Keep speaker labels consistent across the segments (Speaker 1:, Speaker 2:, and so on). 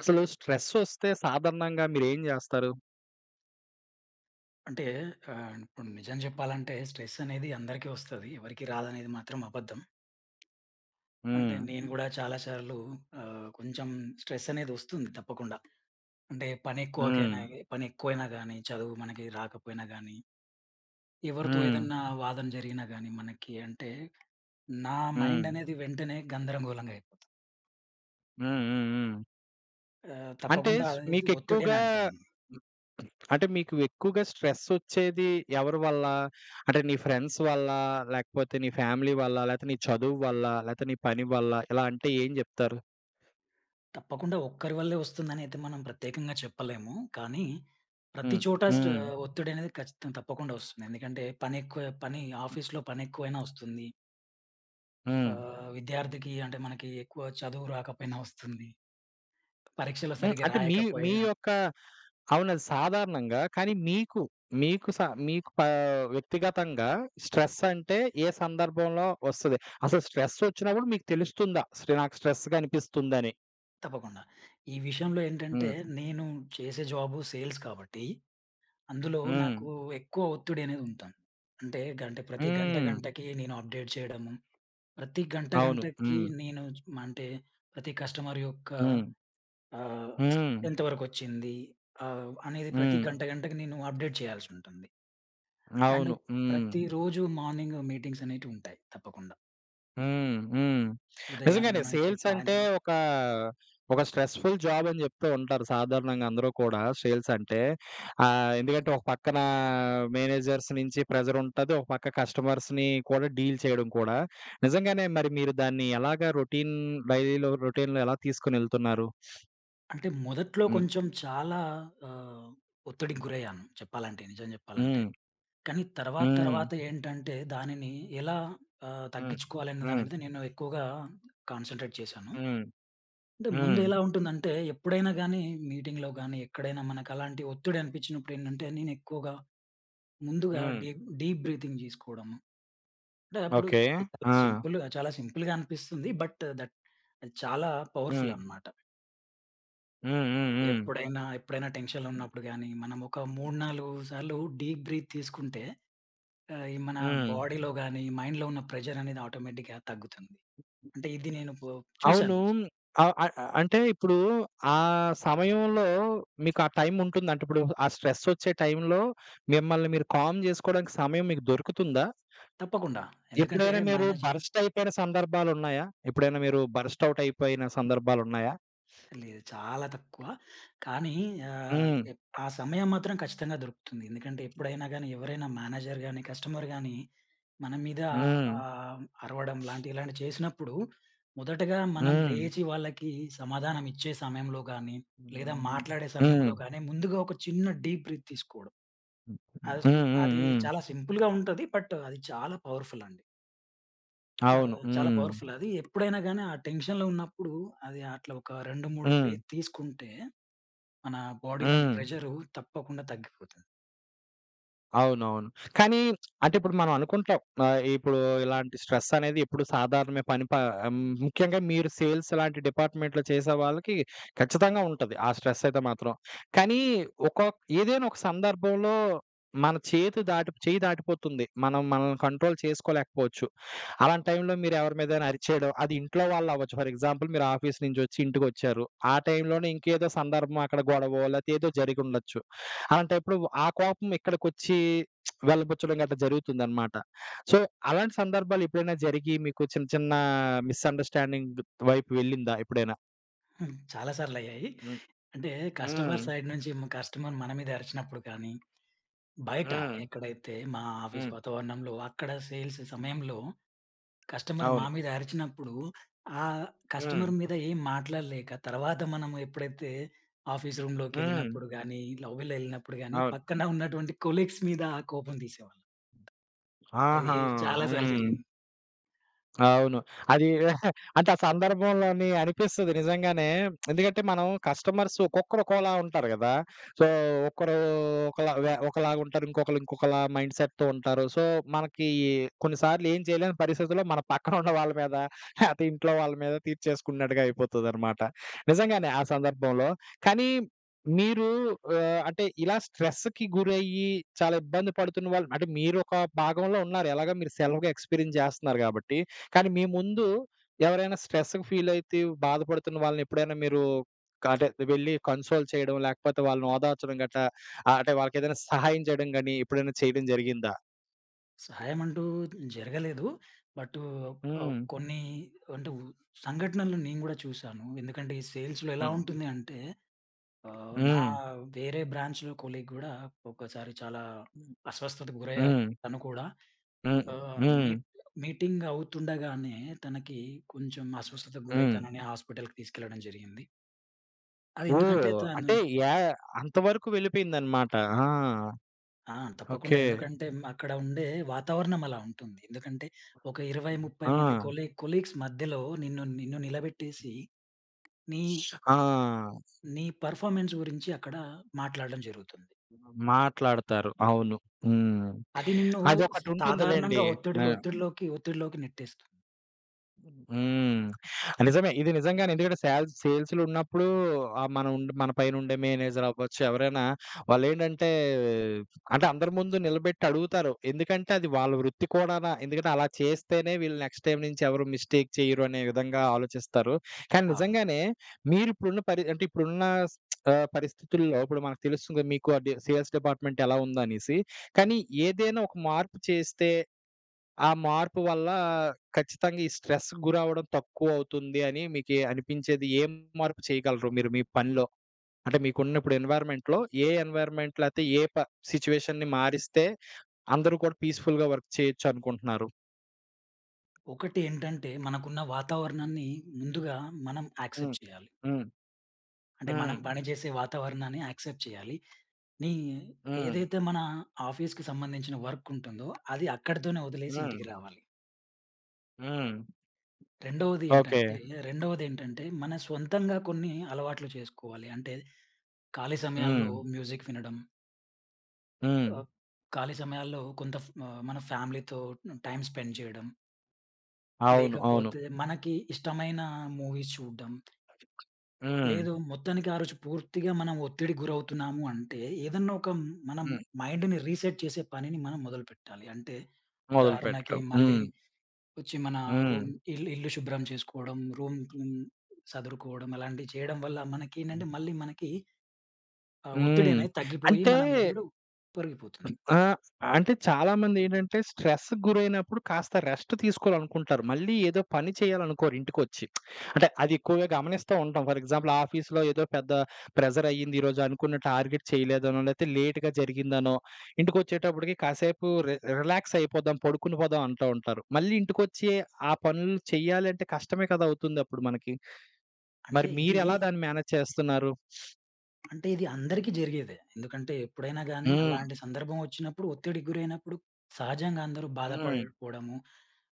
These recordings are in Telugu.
Speaker 1: అసలు స్ట్రెస్సొస్తే సాధారణంగా మీరేం జేస్తారు?
Speaker 2: అంటే ఇప్పుడు నిజం చెప్పాలంటే స్ట్రెస్ అనేది అందరికీ వస్తది. ఎవరికీ రాదనేది మాత్రం అబద్ధం. అంటే
Speaker 1: హ్మ్.
Speaker 2: నేను గూడా చాలా సార్లు కొంచెం స్ట్రెస్ అనేది వస్తుంది తప్పకుండా. అంటే
Speaker 1: హ్మ్.
Speaker 2: పని ఎక్కువైనా గానీ, చదువు మనకి రాకపోయినా గానీ, ఎవరితో
Speaker 1: హ్మ్.
Speaker 2: ఏదన్నా వాదన జరిగినా గానీ మనకి అంటే నా
Speaker 1: హ్మ్.
Speaker 2: మైండ్ అనేది వెంటనే గందరగోళంగా అయిపోతుంది.
Speaker 1: హ్మ్. హ్మ్. హ్మ్. అంటే
Speaker 2: తప్పకుండా
Speaker 1: స్
Speaker 2: అది ఒత్తిడని
Speaker 1: మీకెక్కువగా
Speaker 2: అంటాం.
Speaker 1: అంటే మీకు ఎక్కువగా స్ట్రెస్సొచ్చేది ఎవరి వల్ల? అంటే నీ ఫ్రెండ్స్ వల్లా? లేకపోతే నీ ఫ్యామిలీ వల్లా? లేతే నీ చదువు వల్లా? లేతే నీ పని వల్లా? ఇలా అంటే ఏం జెప్తారు?
Speaker 2: తప్పకుండా ఒక్కరి వల్లే వస్తుందనైతే మనం ప్రత్యేకంగా చెప్పలేము. కానీ ప్రతి
Speaker 1: హ్మ్.
Speaker 2: చోట స్ట
Speaker 1: హ్మ్.
Speaker 2: ఒత్తిడనేది ఖచ్చితంగా తప్పకుండా వస్తుంది. ఎందుకంటే పని ఎక్కువ పని ఆఫీస్‌లో పనెక్కువైనా వస్తుంది.
Speaker 1: హ్మ్.
Speaker 2: విద్యార్థికి అంటే మనకి ఎక్కువ చదువు రాకపోయినా వస్తుంది. పరీక్షలు
Speaker 1: హ్మ్.
Speaker 2: సరిగ్గా
Speaker 1: అంటే మీ మీ
Speaker 2: రాయకపోయినా
Speaker 1: యొక్క అవును. అది సాధారణంగా. కానీ మీకు, మీకు స మీకు పా వ్యక్తిగతంగా స్ట్రెస్ అంటే ఏ సందర్భంలో వస్తది? అసలు స్ట్రెస్ వచ్చినప్పుడు మీకు తెలుస్తుందా? నాకు స్ట్రెస్‌గా అనిపిస్తుందని?
Speaker 2: తప్పకుండా. ఈ విషయంలో ఏంటంటే
Speaker 1: హ్మ్.
Speaker 2: నేను చేసే జాబు సేల్స్ కాబట్టి అందులో
Speaker 1: హ్మ్.
Speaker 2: నాకు ఎక్కువ ఒత్తిడనేది ఉంటుంది. అంటే
Speaker 1: హ్మ్.
Speaker 2: గంటకి నేను అప్డేట్ చేయడము. ప్రతి గంట,
Speaker 1: అవును.
Speaker 2: గంటకి
Speaker 1: హ్మ్.
Speaker 2: నేను మ అంటే ప్రతి కస్టమర్ యొక్క
Speaker 1: హ్మ్.
Speaker 2: ఆహ్,
Speaker 1: హ్మ్.
Speaker 2: ఎంతవరకొచ్చింది అనేది ప్రతి
Speaker 1: హ్మ్.
Speaker 2: గంట, గంటకి నేను అప్డేట్ చేయాల్సుంటుంది. అండ్
Speaker 1: అవును. హ్మ్.
Speaker 2: ప్రతిరోజు మార్నింగ్ మీటింగ్స్ అనేటివుంటాయి తప్పకుండా.
Speaker 1: హ్మ్. హ్మ్.
Speaker 2: ఉదయం
Speaker 1: నిజంగానే
Speaker 2: నుంచి
Speaker 1: సేల్స్ అంటే
Speaker 2: సాయంత్రం
Speaker 1: ఒక స్ట్రెస్‌ఫుల్ జాబ్ అని చెప్తూ ఉంటారు సాధారణంగా అందరూ కూడా సేల్స్ అంటే. ఎందుకంటే ఒక పక్కన మేనేజర్స్ నుంచి ప్రెషర్ ఉంటది. ఒక పక్క కస్టమర్స్‌ని కూడా డీల్ చేయడం కూడా. నిజంగానే మరి మీరు దాన్ని ఎలాగా రొటీన్ డైలీలో రొటీన్‌లో ఎలా తీసుకొనెళ్తున్నారు?
Speaker 2: అంటే మొదట్లో
Speaker 1: హ్మ్.
Speaker 2: కొంచెం చాలా ఆహ్, ఒత్తిడికి గురయ్యాను చెప్పాలంటే, నిజం జెప్పాలంటే.
Speaker 1: హ్మ్.
Speaker 2: కానీ తర్వాత,
Speaker 1: హ్మ్.
Speaker 2: తర్వాత ఏంటంటే దానిని ఎలా
Speaker 1: హ్మ్.
Speaker 2: తగ్గించుకోవాలనే దాని
Speaker 1: హ్మ్.
Speaker 2: మీద నేను ఎక్కువగా కాన్సంట్రేట్ చేశాను.
Speaker 1: హ్మ్.
Speaker 2: అంటే
Speaker 1: హ్మ్.
Speaker 2: ముందెలా ఉంటుందంటే, ఎప్పుడైనా గానీ మీటింగ్‌లో గానీ, ఎక్కడైనా మనకలాంటి ఒత్తిడి అనిపించినప్పుడు ఏంటంటే, నేనెక్కువగా ముందుగా
Speaker 1: హ్మ్.
Speaker 2: డీప్ డీప్ బ్రీతింగ్ జేసుకోవడము. అంటే అప్పుడు
Speaker 1: ఓకే.
Speaker 2: చాలా
Speaker 1: ఆ!
Speaker 2: సింపుల్‌గా చాలా సింపుల్‌గా అనిపిస్తుంది. బట్ దట్ అది చాలా పవర్‌ఫుల్
Speaker 1: హ్మ్.
Speaker 2: అనమాట.
Speaker 1: హ్మ్. హ్మ్. హ్మ్.
Speaker 2: ఎప్పుడైనా ఎప్పుడైనా టెన్షన్‌లో ఉన్నప్పుడు గానీ, మనం ఒక 3, 4 సార్లు డీప్ బ్రీత్ తీసుకుంటే ఈ మన
Speaker 1: హ్మ్.
Speaker 2: బాడీలో గానీ, మైండ్‌లో ఉన్న ప్రెషర్ అనేది ఆటోమేటిక్‌గా తగ్గుతుంది. అంటే ఇది నేను పో
Speaker 1: అవును.
Speaker 2: చూసాను.
Speaker 1: ఆహ్, అ అ అంటే ఇప్పుడు ఆ సమయంలో మీకు ఆ టైం ఉంటుందంటే ఇప్పుడు ఆ స్ట్రెస్ వచ్చే టైంలో మిమ్మల్ని మీరు కామ్ జేసుకోవడానికి సమయం మీకు దొరుకుతుందా?
Speaker 2: తప్పకుండా. ఎందుకంటే మేనేజర్
Speaker 1: ఎప్పుడైనా మీరు బర్స్ట్ ఔట్ అయిపోయిన సందర్భాలున్నాయా?
Speaker 2: లేదు. చాలా తక్కువ. కానీ ఆహ్,
Speaker 1: హ్మ్.
Speaker 2: ఎప్ ఆ సమయం మాత్రం ఖచ్చితంగా దొరుకుతుంది. ఎందుకంటే ఎప్పుడైనా గాని, ఎవరైనా మేనేజర్ గాని, కస్టమర్ గాని మన మీద
Speaker 1: హ్మ్.
Speaker 2: ఆహ్, అరవడం లాంటి ఇలాంటివి చేసినప్పుడు, మొదటగా మనం
Speaker 1: హ్మ్.
Speaker 2: లేచి వాళ్ళకి సమాధానం ఇచ్చే సమయంలో గాని, లేదా
Speaker 1: హ్మ్.
Speaker 2: మాట్లాడే
Speaker 1: హ్మ్.
Speaker 2: సమయంలో గాని, ముందుగా ఒక చిన్న డీప్ బ్రీత్ తీసుకోవడం. అసలు
Speaker 1: హ్మ్.
Speaker 2: అది
Speaker 1: హ్మ్.
Speaker 2: చాలా సింపుల్‌గా ఉంటది. బట్ అది చాలా పవర్‌ఫుల్ అండి.
Speaker 1: అవును.
Speaker 2: చాలా
Speaker 1: హ్మ్.
Speaker 2: పవర్‌ఫుల్ అది. ఎప్పుడైనా గాని ఆ టెన్షన్‌లో ఉన్నప్పుడు అది అట్లా ఒక 2, 3
Speaker 1: హ్మ్.
Speaker 2: బ్రీత్ తీసుకుంటే మన బాడీలోని
Speaker 1: హ్మ్.
Speaker 2: ప్రెషరు తప్పకుండా తగ్గిపోతుంది.
Speaker 1: అవునవును. కానీ అంటే ఇప్పుడు మనం అనుకుంటాం. ఇప్పుడు ఇలాంటి స్ట్రెస్ అనేది ఎప్పుడు సాధారణమే పని ప ముఖ్యంగా మీరు సేల్స్ లాంటి డిపార్ట్‌మెంట్‌లో చేసే వాళ్ళకి ఖచ్చితంగా ఉంటది. ఆ స్ట్రెస్ అయితే మాత్రం. కానీ ఒక ఏదైనా ఒక సందర్భంలో మన చేతి దాటి చెయ్యి దాటిపోతుంది. మనం మనల్ని కంట్రోల్ చేసుకోలేకపోవచ్చు. అలాంటి టైంలో మీరు ఎవరి మీదైనా అరిచేయడం, అది ఇంట్లో వాళ్ళు అవ్వచ్చు. ఫర్ ఎగ్జాంపుల్ మీరు ఆఫీస్ నుంచి వచ్చి ఇంటికొచ్చారు. ఆ టైంలోనే ఇంకేదో సందర్భం అక్కడ గొడవో లేతే ఏదో జరిగుండొచ్చు. అలాంటప్పుడు ఆ కోపం ఇక్కడికొచ్చి వెళ్ళబుచ్చడం గట్టా జరుగుతుందనమాట. సో, అలాంటి సందర్భాలు ఎప్పుడైనా జరిగి మీకు చిన్న చిన్న మిస్‌అండర్‌స్టాండింగ్ వైపు వెళ్ళిందా ఎప్పుడైనా?
Speaker 2: హ్మ్. చాలా సార్లయ్యాయి.
Speaker 1: హ్మ్.
Speaker 2: అంటే కస్టమర్
Speaker 1: హ్మ్.
Speaker 2: సైడ్ నుంచి కస్టమర్ మన మీద అరిచినప్పుడు కానీ, బయట
Speaker 1: హ్మ్.
Speaker 2: ఎక్కడైతే మా ఆఫీస్
Speaker 1: హ్మ్.
Speaker 2: వాతావరణంలో అక్కడ సేల్స్ సమయంలో కస్టమర్ మా
Speaker 1: అవును.
Speaker 2: మీద అరిచినప్పుడు, ఆ
Speaker 1: హ్మ్.
Speaker 2: కస్టమర్ మీద ఏం మాట్లాడలేక తర్వాత మనం ఎప్పుడైతే ఆఫీస్
Speaker 1: హ్మ్.
Speaker 2: రూమ్‌లోకెళ్ళినప్పుడు గానీ, లౌబీలో ఎళ్ళినప్పుడు గానీ
Speaker 1: అవును.
Speaker 2: పక్కన ఉన్నటువంటి కొలీగ్స్ మీద ఆ కోపం తీసేవాళ్ళం. అది
Speaker 1: ఆహా!
Speaker 2: చాలా సార్లు
Speaker 1: హ్మ్.
Speaker 2: జరిగింది.
Speaker 1: అవును. అది అంటే ఆ సందర్భంలోని అనిపిస్తది నిజంగానే. ఎందుకంటే మనం కస్టమర్స్ ఒక్కొక్కరు ఒక్కోలా ఉంటారు గదా! సో, ఒకరు ఒకలాగుంటారు. ఇంకొకళ్ళు ఇంకొకలా మైండ్ సెట్‌తో ఉంటారు. సో, మనకి కొన్నిసార్లు ఏం చేయలేని పరిస్థితుల్లో మన పక్కన ఉన్న వాళ్ళ మీద లేతే ఇంట్లో వాళ్ళ మీద తీర్చేసుకున్నట్టుగా అయిపోతదనమాట. నిజంగానే ఆ సందర్భంలో. కానీ మీరు అంటే ఇలా స్ట్రెస్‌కి గురయ్యి చాలా ఇబ్బంది పడుతున్న వాళ్ళు అంటే మీరొక భాగంలో ఉన్నారు. ఎలాగో మీరు సెల్ఫ్‌గా ఎక్స్‌పీరియన్స్ జేస్తున్నారు గాబట్టి. కానీ మీ ముందు ఎవరైనా స్ట్రెస్‌కి ఫీలయితే బాధపడుతున్న వాళ్ళని ఎప్పుడైనా మీరు అంటే వెళ్లి కన్సోల్ చేయడం, లేకపోతే వాళ్ళని ఓదార్చడం గట్టా అంటే వాళ్ళకేదైనా సహాయం చేయడం గాని ఎప్పుడైనా చేయడం జరిగిందా?
Speaker 2: సహాయమంటూ జరగలేదు. బట్
Speaker 1: హ్మ్.
Speaker 2: కొన్ని అంటే ఉ సంఘటనలు నేను గూడా చూశాను. ఎందుకంటే ఈ సేల్స్‌లో ఎలా
Speaker 1: హ్మ్.
Speaker 2: ఉంటుంది అంటే నా
Speaker 1: హ్మ్.
Speaker 2: వేరే బ్రాంచ్‌లో కొలీగ్ గూడా ఒకసారి చాలా
Speaker 1: హ్మ్.
Speaker 2: అస్వస్థతకు గురయ్యారు.
Speaker 1: హ్మ్.
Speaker 2: తను కూడా
Speaker 1: హ్మ్.
Speaker 2: ఆహ్,
Speaker 1: హ్మ్.
Speaker 2: మీట్ మీటింగ్ అవుతుండగానే తనకి కొంచెం అస్వస్థతకు గురై
Speaker 1: హ్మ్.
Speaker 2: తనని హాస్పిటల్‌కి తీసుకెళ్లడం జరిగింది. అది ఎందుకంటే
Speaker 1: ఓహ్!
Speaker 2: తను
Speaker 1: అంటే యా అంతవరకు వెళ్ళిపోయిందనమాట. ఆ!
Speaker 2: ఆ! తప్పకుండా.
Speaker 1: ఓకే.
Speaker 2: ఎందుకంటే హ్మ్, అక్కడ ఉండే వాతావరణం అలా ఉంటుంది. ఎందుకంటే ఒక 20, 30 మంది
Speaker 1: ఆ!
Speaker 2: కొలీగ్స్ మధ్యలో నిన్ను నిన్ను నిలబెట్టేసి నీ
Speaker 1: ఆ!
Speaker 2: నీ పెర్ఫార్మన్స్ గురించి అక్కడ మాట్లాడడం జరుగుతుంది.
Speaker 1: మాట్లాడతారు. అవును. హ్మ్.
Speaker 2: అది నిన్ను సాధారణంగా
Speaker 1: అదొకటుంటుందిలెండి. ఆ!
Speaker 2: ఒత్తిడిలోకి నెట్టేస్తుంది.
Speaker 1: హ్మ్. నిజమే. ఇది నిజంగానే. ఎందుకంటే సేల్స్‌లో ఉన్నప్పుడు ఆహ్, మన ఉండే మన పైన ఉండే మేనేజర్ అవ్వచ్చు, ఎవరైనా వాళ్ళేంటంటే అంటే అందరి ముందు నిలబెట్టి అడుగుతారు. ఎందుకంటే అది వాళ్ళ వృత్తి కూడానా. ఎందుకంటే అలా చేస్తేనే వీళ్ళు నెక్స్ట్ టైమ్ నుంచి ఎవరు మిస్టేక్ చేయరు అనే విధంగా ఆలోచిస్తారు. కానీ
Speaker 2: అవును.
Speaker 1: నిజంగానే మీరిప్పుడున్న అంటే ఇప్పుడున్న పరిస్థితుల్లో ఇప్పుడు మనకు తెలుస్తుంది మీకు ఆ సేల్స్ డిపార్ట్‌మెంట్ ఎలా ఉందనేసి. కానీ ఏదైనా ఒక మార్పు చేస్తే ఆ మార్పు వల్ల ఖచ్చితంగా ఈ స్ట్రెస్‌కి గురవ్వడం తక్కువవుతుంది అని మీకి అనిపించేది ఏం మార్పు చేయగలరు మీరు మీ పనిలో? అంటే మీకున్న ఇప్పుడు ఎన్వైర్న్‌మెంట్‌లో ఏ ఎన్వైర్న్‌మెంట్ లేతే ఏ ప సిట్యుయేషన్‌ని మారిస్తే అందరూ కూడా పీస్‌ఫుల్‌గా వర్క్ చేయొచ్చు అనుకుంటున్నారు?
Speaker 2: ఒకటి ఏంటంటే మనకున్న వాతావరణాన్ని ముందుగా మనం
Speaker 1: హ్మ్.
Speaker 2: యాక్సెప్ట్ చేయాలి.
Speaker 1: హ్మ్.
Speaker 2: అంటే మనం
Speaker 1: హ్మ్.
Speaker 2: పనిచేసే వాతావరణాన్ని యాక్సెప్ట్ చేయాలి. నీ
Speaker 1: హ్మ్.
Speaker 2: ఏదైతే మన ఆఫీస్‌కి సంబంధించిన వర్క్ ఉంటుందో అది అక్కడితోనే వదిలేసి
Speaker 1: హ్మ్.
Speaker 2: ఇంటికి రావాలి.
Speaker 1: హ్మ్.
Speaker 2: రెండవది
Speaker 1: ఓకే.
Speaker 2: ఏంటంటే రెండవదేంటంటే, మన సొంతంగా కొన్ని అలవాట్లు చేసుకోవాలి. అంటే, ఖాళీ సమయాల్లో
Speaker 1: హ్మ్.
Speaker 2: మ్యూజిక్ వినడం,
Speaker 1: హ్మ్.
Speaker 2: ఆహ్, ఖాళీ సమయాల్లో కొంత మన ఫ్యామిలీతో టైమ్ స్పెండ్ చేయడం,
Speaker 1: అవును. అవును.
Speaker 2: లేకపోతే మనకి ఇష్టమైన మూవీస్ చూడడం,
Speaker 1: హ్మ్.
Speaker 2: లేదు మొత్తానికి ఆ రోజు పూర్తిగా మనం ఒత్తిడికి గురవుతున్నాము అంటే, ఏదన్నా ఒక మనం
Speaker 1: హ్మ్.
Speaker 2: మైండ్‌ని రీసెట్ చేసే పనిని మనం మొదలుపెట్టాలి. అంటే, ఉదాహరణకి
Speaker 1: మొదలుపెట్టడం.
Speaker 2: మళ్ళీ
Speaker 1: హ్మ్.
Speaker 2: వచ్చి మన
Speaker 1: హ్మ్.
Speaker 2: రూమ్ ఇల్లు ఇల్లు శుభ్రం చేసుకోవడం, రూమ్ క్లీన్ సదురుకోవడం అలాంటివి చేయడం వల్ల మనకేంటంటే మళ్ళీ మనకి ఆ ఒత్తిడి
Speaker 1: హ్మ్.
Speaker 2: అనేది తగ్గిపోయి
Speaker 1: అంటే
Speaker 2: మన మెదడు పొరిగిపోతుంది.
Speaker 1: ఆ! అంటే చాలామందేంటంటే స్ట్రెస్‌కి గురైనప్పుడు కాస్త రెస్ట్ తీసుకోవాలనుకుంటారు. మళ్ళీ ఏదో పని చేయాలనుకోరు ఇంటికొచ్చి. అంటే అది ఎక్కువగా గమనిస్తా ఉంటాం. ఫర్ ఎగ్జాంపుల్ ఆఫీస్‌లో ఏదో పెద్ద ప్రెషర్ అయ్యింది ఈరోజు అనుకున్న టార్గెట్ చేయలేదనో, లేతే లేట్‌గా జరిగిందనో, ఇంటికొచ్చేటప్పటికి కాసేపు రిలాక్స్ అయిపోదాం, పడుకుని పోదాం అంటా ఉంటారు. మళ్ళీ ఇంటికొచ్చి ఆ పనులు చెయ్యాలంటే కష్టమే కదా! అవుతుందప్పుడు మనకి.
Speaker 2: అంటే
Speaker 1: మరి
Speaker 2: ఇది
Speaker 1: మీరెలా దాన్ని మేనేజ్ చేస్తున్నారు?
Speaker 2: అంటే ఇది అందరికీ జరిగేదే. ఎందుకంటే ఎప్పుడైనా గానీ అలాంటి
Speaker 1: హ్మ్.
Speaker 2: సందర్భం వచ్చినప్పుడు ఒత్తిడికి గురైనప్పుడు సహజంగా అందరూ
Speaker 1: హ్మ్.
Speaker 2: బాధపడిపోవడము,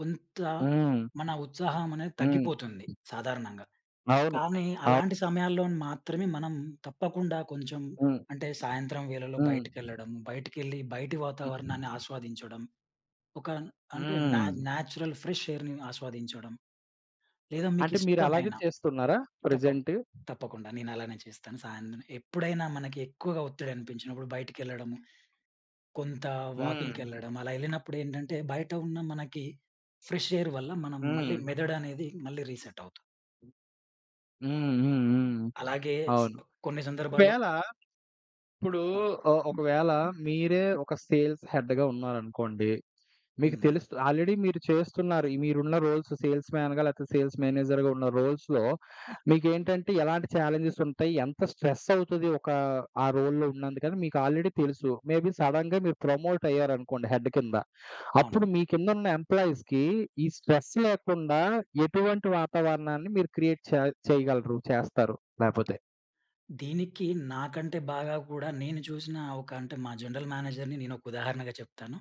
Speaker 2: కొంత
Speaker 1: హ్మ్.
Speaker 2: మన ఉత్సాహం అనేది
Speaker 1: హ్మ్.
Speaker 2: తగ్గిపోతుంది సాధారణంగా.
Speaker 1: అవును.
Speaker 2: కానీ
Speaker 1: అవు
Speaker 2: అలాంటి సమయాల్లో మాత్రమే మనం తప్పకుండా కొంచెం
Speaker 1: హ్మ్.
Speaker 2: అంటే సాయంత్రం వేళలో
Speaker 1: హ్మ్.
Speaker 2: బయటికెళ్ళడం, బయటికెళ్ళి బయటి
Speaker 1: హ్మ్.
Speaker 2: వాతావరణాన్ని ఆస్వాదించడం, ఒక అంటే
Speaker 1: హ్మ్.
Speaker 2: న్యాచురల్ ఫ్రెష్ ఎయిర్‌ని ఆస్వాదించడం, లేదా
Speaker 1: అంటే మీరలాగే
Speaker 2: మీకిష్టమైన
Speaker 1: చేస్తున్నారా
Speaker 2: తప్ప
Speaker 1: ప్రెజెంట్?
Speaker 2: తప్పకుండా నేనలానే చేస్తాను. సాయంత్రం ఎప్పుడైనా మనకి ఎక్కువగా ఒత్తిడి అనిపించినప్పుడు బయటికెళ్ళడము, కొంత
Speaker 1: హ్మ్.
Speaker 2: వాకింగ్‌కెళ్ళడం అలా ఎళ్ళినప్పుడేంటంటే బయట ఉన్న మనకి ఫ్రెష్ ఎయిర్ వల్ల మనం
Speaker 1: హ్మ్.
Speaker 2: మళ్ళీ మెదడనేది మళ్ళీ రీసెట్ అవుతుంది.
Speaker 1: హ్మ్. హ్మ్. హ్మ్.
Speaker 2: అలాగే స్
Speaker 1: అవును.
Speaker 2: కొన్ని సందర్భాల్లో
Speaker 1: ఒకవేళ ఇప్పుడు
Speaker 2: ఆ!
Speaker 1: ఒకవేళ మీరే ఒక సేల్స్ హెడ్‌గా ఉన్నారనుకోండి. మీకు
Speaker 2: హ్మ్.
Speaker 1: తెలుస్తు ఆల్రెడీ మీరు చేస్తున్నారు. ఈ మీరున్న రోల్స్ సేల్స్ మ్యాన్‌గా లేకపోతే సేల్స్ మేనేజర్‌గా ఉన్న రోల్స్‌లో మీకేంటంటే ఎలాంటి ఛాలెంజెస్ ఉంటాయి? ఎంత స్ట్రెస్ అవుతది ఒక ఆ రోల్‌లో ఉన్నందుకని మీకు ఆల్రెడీ తెలుసు. మేబీ సడెన్‌గా మీరు ప్రమోట్ అయ్యారనుకోండి హెడ్ కింద.
Speaker 2: అవును.
Speaker 1: అప్పుడు మీ కిందున్న ఎంప్లాయీస్‌కి ఈ స్ట్రెస్ లేకుండా ఎటువంటి వాతావరణాన్ని మీరు క్రియేట్ చేయగలరు? చేస్తారు లేపోతే?
Speaker 2: దీనికి నాకంటే బాగా కూడా నేను చూసిన ఒక అంటే మా జనరల్ మేనేజర్‌ని నేనొక ఉదాహరణగా చెప్తాను.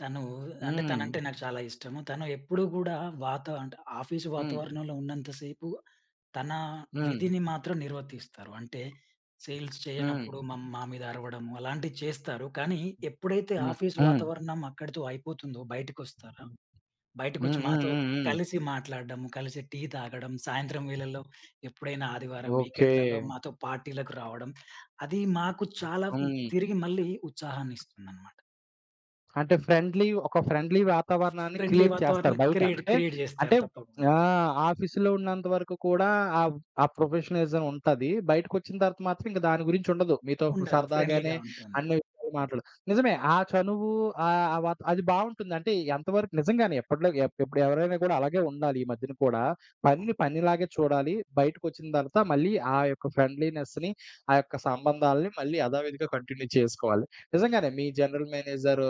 Speaker 2: తను అంటే
Speaker 1: హ్మ్.
Speaker 2: తనంటే నాకు చాలా ఇష్టము. తను ఎప్పుడూ గూడా వాత అంటే ఆఫీసు
Speaker 1: హ్మ్.
Speaker 2: వాతావరణంలో ఉన్నంత సేపు తన
Speaker 1: హ్మ్.
Speaker 2: విధిని మాత్రం నిర్వర్తిస్తారు. అంటే సేల్స్
Speaker 1: హ్మ్.
Speaker 2: చేయనప్పుడు మా మీద అరవడము అలాంటివి చేస్తారు. కానీ ఎప్పుడైతే
Speaker 1: హ్మ్.
Speaker 2: ఆఫీస్
Speaker 1: హ్మ్.
Speaker 2: వాతావరణం అక్కడితో అయిపోతుందో బయటికొస్తారో
Speaker 1: హ్మ్.
Speaker 2: బయటకొచ్చి
Speaker 1: హ్మ్.
Speaker 2: మాతో
Speaker 1: హ్మ్. హ్మ్.
Speaker 2: కలిసి మాట్లాడడం, కలిసి టీ తాగడం, సాయంత్రం వేళల్లో ఎప్పుడైనా ఆదివారం
Speaker 1: ఓకే.
Speaker 2: వీకెండ్‌లలో మాతో పార్టీలకు రావడం. అది మాకు చాలా
Speaker 1: హ్మ్.
Speaker 2: తిరిగి మళ్ళీ ఉత్సాహాన్ని ఇస్తుందన్నమాట.
Speaker 1: అంటే ఫ్రెండ్లీ వాతావరణాన్ని
Speaker 2: ఫ్రెండ్లీ
Speaker 1: క్రియేట్ చేస్తారు
Speaker 2: వాతావరణం
Speaker 1: బయట.
Speaker 2: క్రియేట్
Speaker 1: అంటే,
Speaker 2: క్రియేట్ జేస్తారు
Speaker 1: అంటే
Speaker 2: తప్పకుండా.
Speaker 1: ఆ! ఆఫీస్‌లో ఉన్నంత వరకు కూడా ఆ ఆ ప్రొఫెషనలిజం ఉంటది. బయటకొచ్చిన తర్వాత మాత్రం ఇంక దాని గురించి ఉండదు. మీతో
Speaker 2: ఉండదు ఫ్రెండ్లీగా
Speaker 1: సరదాగానే
Speaker 2: ఉంటుంది.
Speaker 1: అన్ని విషయాలు నిజమే. ఆ చనువు ఆహ్, ఆ వాత అది బావుంటుంది. అంటే ఎంతవరకు నిజంగానే ఇప్పుడు ఎవరైనా కూడా అలాగే ఉండాలి ఈ మధ్యన కూడా.
Speaker 2: అవును.
Speaker 1: పనిని పనిలాగే చూడాలి. బయటకొచ్చిన తర్వాత మళ్ళీ ఆ యొక్క ఫ్రెండ్లీనెస్‌ని, ఆ యొక్క సంబంధాలని మళ్ళీ యథావిధిగా కంటిన్యూ చేసుకోవాలి. నిజంగానే మీ జనరల్ మేనేజర్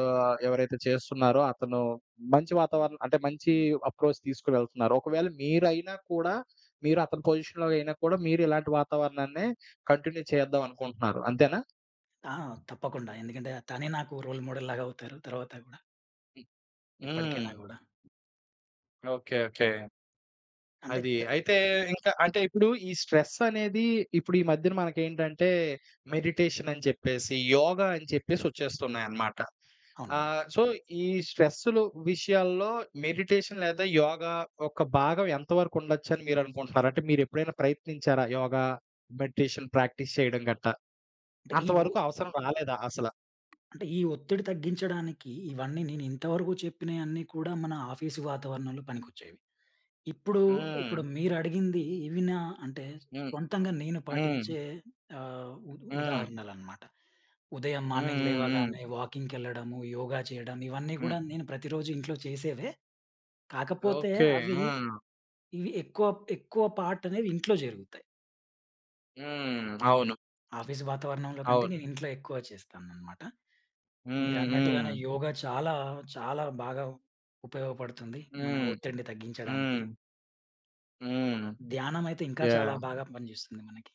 Speaker 1: ఎవరైతే చేస్తున్నారో అతను మంచి వాతావరణం అంటే మంచి అప్రోచ్ తీసుకొని వెళ్తున్నారు. ఒకవేళ మీరైనా కూడా మీరు అతని పొజిషన్‌లో అయినా కూడా మీరు ఇలాంటి వాతావరణాన్నే కంటిన్యూ చేద్దాం అనుకుంటున్నారు. అంతేనా?
Speaker 2: ఆ! తప్పకుండా. ఎందుకంటే తనే నాకు రోల్ మోడల్‌లాగా అవుతారు తర్వాత గూడా.
Speaker 1: హ్మ్.
Speaker 2: ఇప్పటికైనా గూడా.
Speaker 1: ఓకే. ఓకే.
Speaker 2: అంటే
Speaker 1: అది.
Speaker 2: చ
Speaker 1: అయితే ఇంకా అంటే ఇప్పుడు ఈ స్ట్రెస్ అనేది ఇప్పుడు ఈ మధ్యన మనకేంటంటే మెడిటేషన్ అని చెప్పేసి, యోగా అని చెప్పేసి వచ్చేస్తున్నాయన్నమాట.
Speaker 2: అవునండి.
Speaker 1: సో ఈ స్ట్రెస్‌లు విషయాల్లో మెడిటేషన్ లేదా యోగా ఒక భాగం ఎంతవరకు ఉండొచ్చని మీరనుకుంటున్నారు? అంటే మీరెప్పుడైనా ప్రయత్నించారా? యోగా, మెడిటేషన్ ప్రాక్టీస్ చేయడం గట్టా?
Speaker 2: అంటే ఈ ఒ
Speaker 1: అంతవరకు అవసరం రాలేదా అసల?
Speaker 2: అంటే ఈ ఒత్తిడి తగ్గించడానికి ఇవన్నీ నేను ఇంతవరకు చెప్పినయన్నీ కూడా మన ఆఫీసు వాతావరణంలో పనికొచ్చేవి. ఇప్పుడు,
Speaker 1: హ్మ్.
Speaker 2: ఇప్పుడు మీరడిగింది ఇవి నా అంటే
Speaker 1: హ్మ్.
Speaker 2: సొంతంగా నేను
Speaker 1: హ్మ్.
Speaker 2: పాటించే ఆహ్, ఉదా
Speaker 1: హ్మ్.
Speaker 2: ఉదాహరణలనమాట. ఉదయం
Speaker 1: హ్మ్.
Speaker 2: మార్నింగ్
Speaker 1: హ్మ్. హ్మ్.
Speaker 2: లేవగానే వాకింగ్‌కెళ్ళడము, యోగా చేయడం ఇవన్నీ
Speaker 1: హ్మ్.
Speaker 2: గూడా నేను ప్రతిరోజు ఇంట్లో చేసేవే. కాకపోతే
Speaker 1: ఓకే.
Speaker 2: అవి
Speaker 1: ఆ!
Speaker 2: ఇవి ఎక్కువ పార్ట్ అనేవి ఇంట్లో జరుగుతాయి.
Speaker 1: హ్మ్. అవును.
Speaker 2: ఆఫీస్ వాతావరణంలో కంటే
Speaker 1: అవును.
Speaker 2: నేను ఇంట్లో ఎక్కువ చేస్తాననమాట.
Speaker 1: హ్మ్. హ్మ్.
Speaker 2: మీరన్నట్టుగానే చాలా బాగా ఉపయోగపడుతుంది. మన
Speaker 1: హ్మ్.
Speaker 2: ఒత్తిడిని తగ్గించడానికి.
Speaker 1: హ్మ్. హ్మ్.
Speaker 2: ధ్యానమైతే ఇంకా చాలా
Speaker 1: యాహ్!
Speaker 2: బాగా పనిజేస్తుంది మనకి.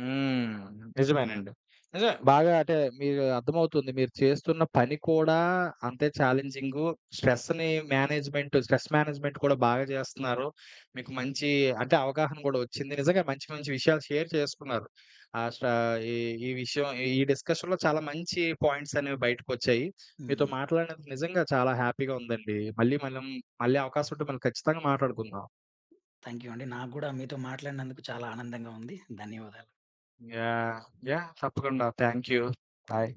Speaker 1: హ్మ్. నిజమేనండి. నిజమే. బాగా అంటే మీరు అర్థమవుతుంది. మీరు చేస్తున్న పని కూడా అంతే ఛాలెంజింగు. స్ట్రెస్‌ని స్ట్రెస్ మేనేజ్‌మెంట్ కూడా బాగా చేస్తున్నారు. మీకు మంచి అంటే అవగాహన కూడా వచ్చింది. నిజంగా మంచి మంచి విషయాలు షేర్ చేసుకున్నారు. ఆహ్, స్ట ఈ ఈ విషయం ఈ డిస్కషన్‌లో చాలా మంచి పాయింట్స్ అనేవి బయటకొచ్చాయి. మీతో
Speaker 2: హ్మ్.
Speaker 1: మాట్లాడినందుకు నిజంగా చాలా హ్యాపీగా ఉందండి. మళ్ళీ అవకాశం ఉంటే మనం ఖచ్చితంగా మాట్లాడుకుందాం.
Speaker 2: థాంక్ యూ అండి. నాకు గూడా మీతో మాట్లాడినందుకు చాలా ఆనందంగా ఉంది. ధన్యవాదాలు.
Speaker 1: యాహ్! యాహ్! తప్పకుండా. Thank you.
Speaker 2: Thank
Speaker 1: bye.
Speaker 2: You.